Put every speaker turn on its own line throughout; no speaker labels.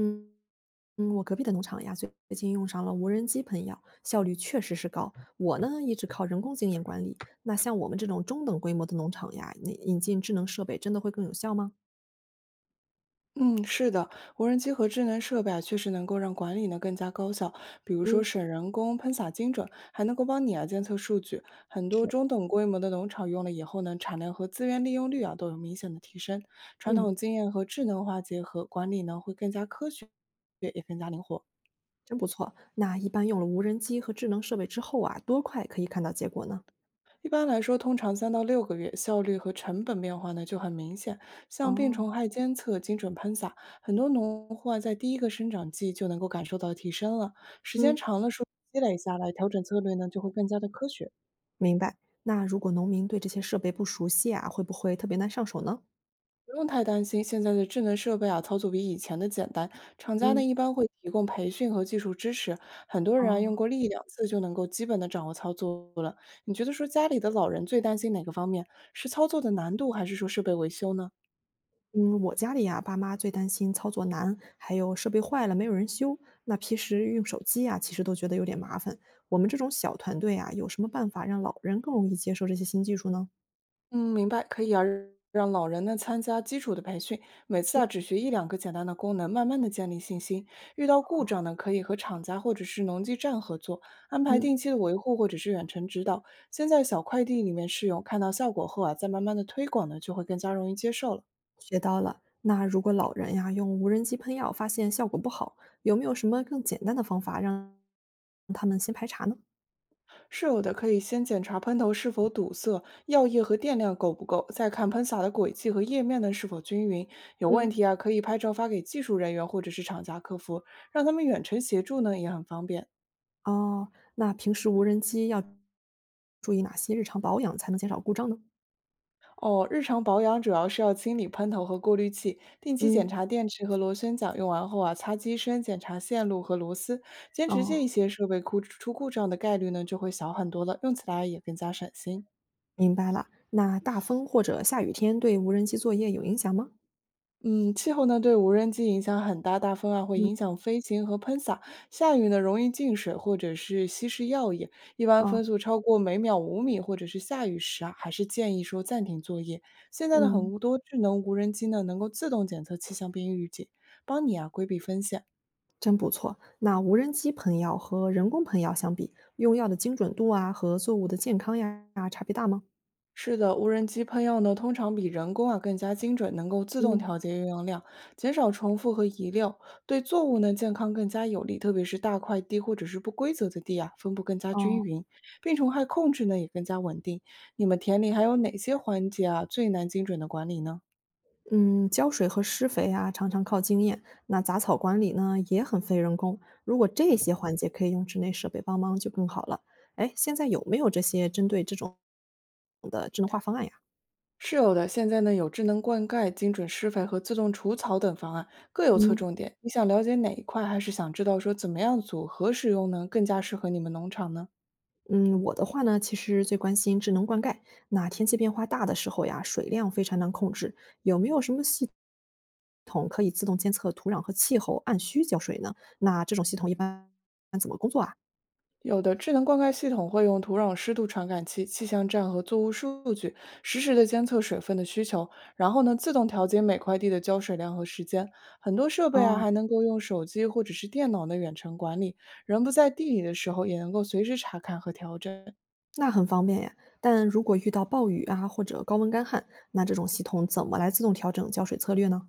嗯我隔壁的农场呀，最近用上了无人机喷药，效率确实是高。我呢，一直靠人工经验管理。那像我们这种中等规模的农场呀，那引进智能设备真的会更有效吗？
嗯，是的，无人机和智能设备啊，确实能够让管理呢更加高效。比如说
嗯，
省人工、喷洒精准，还能够帮你啊监测数据。很多
是，
中等规模的农场用了以后呢，产量和资源利用率啊都有明显的提升。传统
嗯，
经验和智能化结合，管理呢会更加科学，也更加灵活。
真不错。那一般用了无人机和智能设备之后啊，多快可以看到结果呢？
一般来说，通常3到6个月，效率和成本变化呢就很明显。像病虫
哦，
害监测、精准喷洒，很多农户啊在第一个生长季就能够感受到提升了。时间
嗯，
长了，数据积累下来，调整策略呢就会更加的科学。
明白。那如果农民对这些设备不熟悉啊，会不会特别难上手呢？
不用太担心，现在的智能设备啊，操作比以前的简单。厂家呢
嗯，
一般会提供培训和技术支持，很多人啊用
哦，
过1两次就能够基本的掌握操作了。你觉得说家里的老人最担心哪个方面？是操作的难度，还是说设备维修呢？
嗯，我家里呀，爸妈最担心操作难，还有设备坏了没有人修。那平时用手机呀，其实都觉得有点麻烦。我们这种小团队啊，有什么办法让老人更容易接受这些新技术呢？
嗯，明白，可以啊，让老人呢参加基础的培训，每次啊只学1两个简单的功能，慢慢的建立信心。遇到故障呢，可以和厂家或者是农技站合作，安排
嗯，
定期的维护或者是远程指导。先在小快递里面试用，看到效果后啊，再慢慢的推广呢，就会更加容易接受了。
学到了。那如果老人呀用无人机喷药发现效果不好，有没有什么更简单的方法让他们先排查呢？
是有的，可以先检查喷头是否堵塞，药液和电量够不够，再看喷洒的轨迹和液面呢是否均匀。有问
嗯，
题啊，可以拍照发给技术人员或者是厂家客服，让他们远程协助呢也很方便。
哦，那平时无人机要注意哪些日常保养才能减少故障呢？
哦，日常保养主要是要清理喷头和过滤器，定期检
嗯，
查电池和螺旋桨，用完后啊擦机身，检查线路和螺丝。坚持这一
哦，
些设备故出故障的概率呢就会小很多了，用起来也更加省心。
明白了，那大风或者下雨天对无人机作业有影响吗？
嗯，气候呢对无人机影响很大，大风啊会
嗯，
影响飞行和喷洒，下雨呢容易进水或者是稀释药液。一般风
哦，
速超过每秒5米或者是下雨时啊，还是建议说暂停作业。现在的
嗯，
很多智能无人机呢能够自动检测气象并预警，帮你啊规避风险。
真不错。那无人机喷药和人工喷药相比，用药的精准度啊和作物的健康呀差别大吗？
是的，无人机喷药呢，通常比人工啊更加精准，能够自动调
嗯，
节用药量，减少重复和遗漏，对作物呢健康更加有利。特别是大块地或者是不规则的地啊，分布更加均
哦，
匀，病虫害控制呢也更加稳定。你们田里还有哪些环节啊最难精准的管理呢？
嗯，浇水和施肥啊常常靠经验，那杂草管理呢也很费人工。如果这些环节可以用室内设备帮忙，就更好了。哎，现在有没有这些针对这种的智能化方案呀？
是有的，现在呢有智能灌溉、精准施肥和自动除草等方案，各有侧
嗯。
重点。你想了解哪一块，还是想知道说怎么样组合使用呢，更加适合你们农场呢？
嗯，我的话呢，其实最关心智能灌溉。那天气变化大的时候呀，水量非常难控制，有没有什么系统可以自动监测土壤和气候，按需浇水呢？那这种系统一般怎么工作啊？
有的智能灌溉系统会用土壤湿度传感器、气象站和作物数据，实时的监测水分的需求，然后呢，自动调节每块地的浇水量和时间。很多设备啊，
哦，
还能够用手机或者是电脑的远程管理，人不在地里的时候，也能够随时查看和调整。
那很方便呀。但如果遇到暴雨啊，或者高温干旱，那这种系统怎么来自动调整浇水策略呢？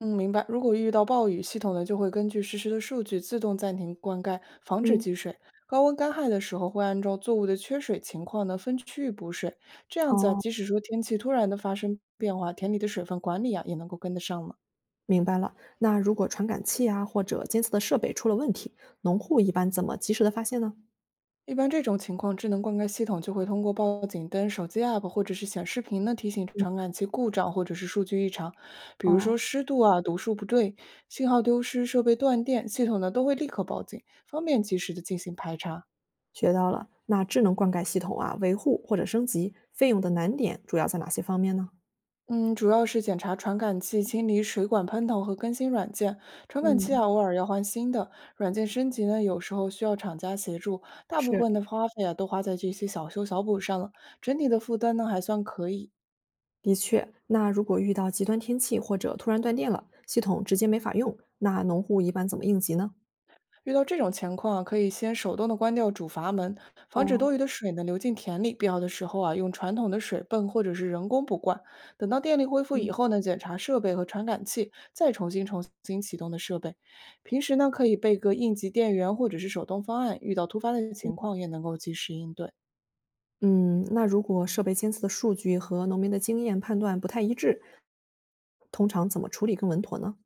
嗯，明白。如果遇到暴雨，系统呢就会根据实时的数据自动暂停灌溉，防止
嗯，
积水。高温干旱的时候，会按照作物的缺水情况呢分区域补水。这样子啊，
哦，
即使说天气突然的发生变化，田里的水分管理啊也能够跟得上了。
明白了。那如果传感器啊或者监测的设备出了问题，农户一般怎么及时的发现呢？
一般这种情况，智能灌溉系统就会通过报警灯、手机 app 或者是显示屏呢提醒
嗯，
传感器故障或者是数据异常，比如说
哦。
湿度啊、读数不对、信号丢失、设备断电，系统呢都会立刻报警，方便及时的进行排查。
学到了。那智能灌溉系统啊，维护或者升级费用的难点主要在哪些方面呢？
嗯，主要是检查传感器、清理水管喷头和更新软件。传感器
嗯，
啊，偶尔要换新的；软件升级呢，有时候需要厂家协助。大部
是，
分的花费啊，都花在这些小修小补上了，整体的负担呢还算可以。
的确。那如果遇到极端天气或者突然断电了，系统直接没法用，那农户一般怎么应急呢？
遇到这种情况啊，可以先手动的关掉主阀门，防止多
哦，
余的水呢流进田里。必要的时候啊，用传统的水泵或者是人工补灌。等到电力恢复以
嗯
后呢，检查设备和传感器，再重新启动的设备。平时呢，可以备个应急电源或者是手动方案，遇到突发的情况也能够及时应对。
嗯，那如果设备监测的数据和农民的经验判断不太一致，通常怎么处理更稳妥呢？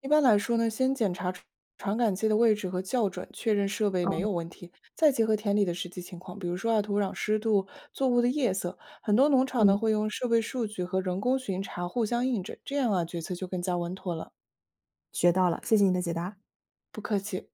一般来说呢，先检查传感器的位置和校准，确认设备
哦，
没有问题，再结合田里的实际情况，比如说啊土壤湿度、作物的叶色，很多农场呢
嗯，
会用设备数据和人工巡查互相印证，这样啊决策就更加稳妥了。
学到了，谢谢你的解答。
不客气。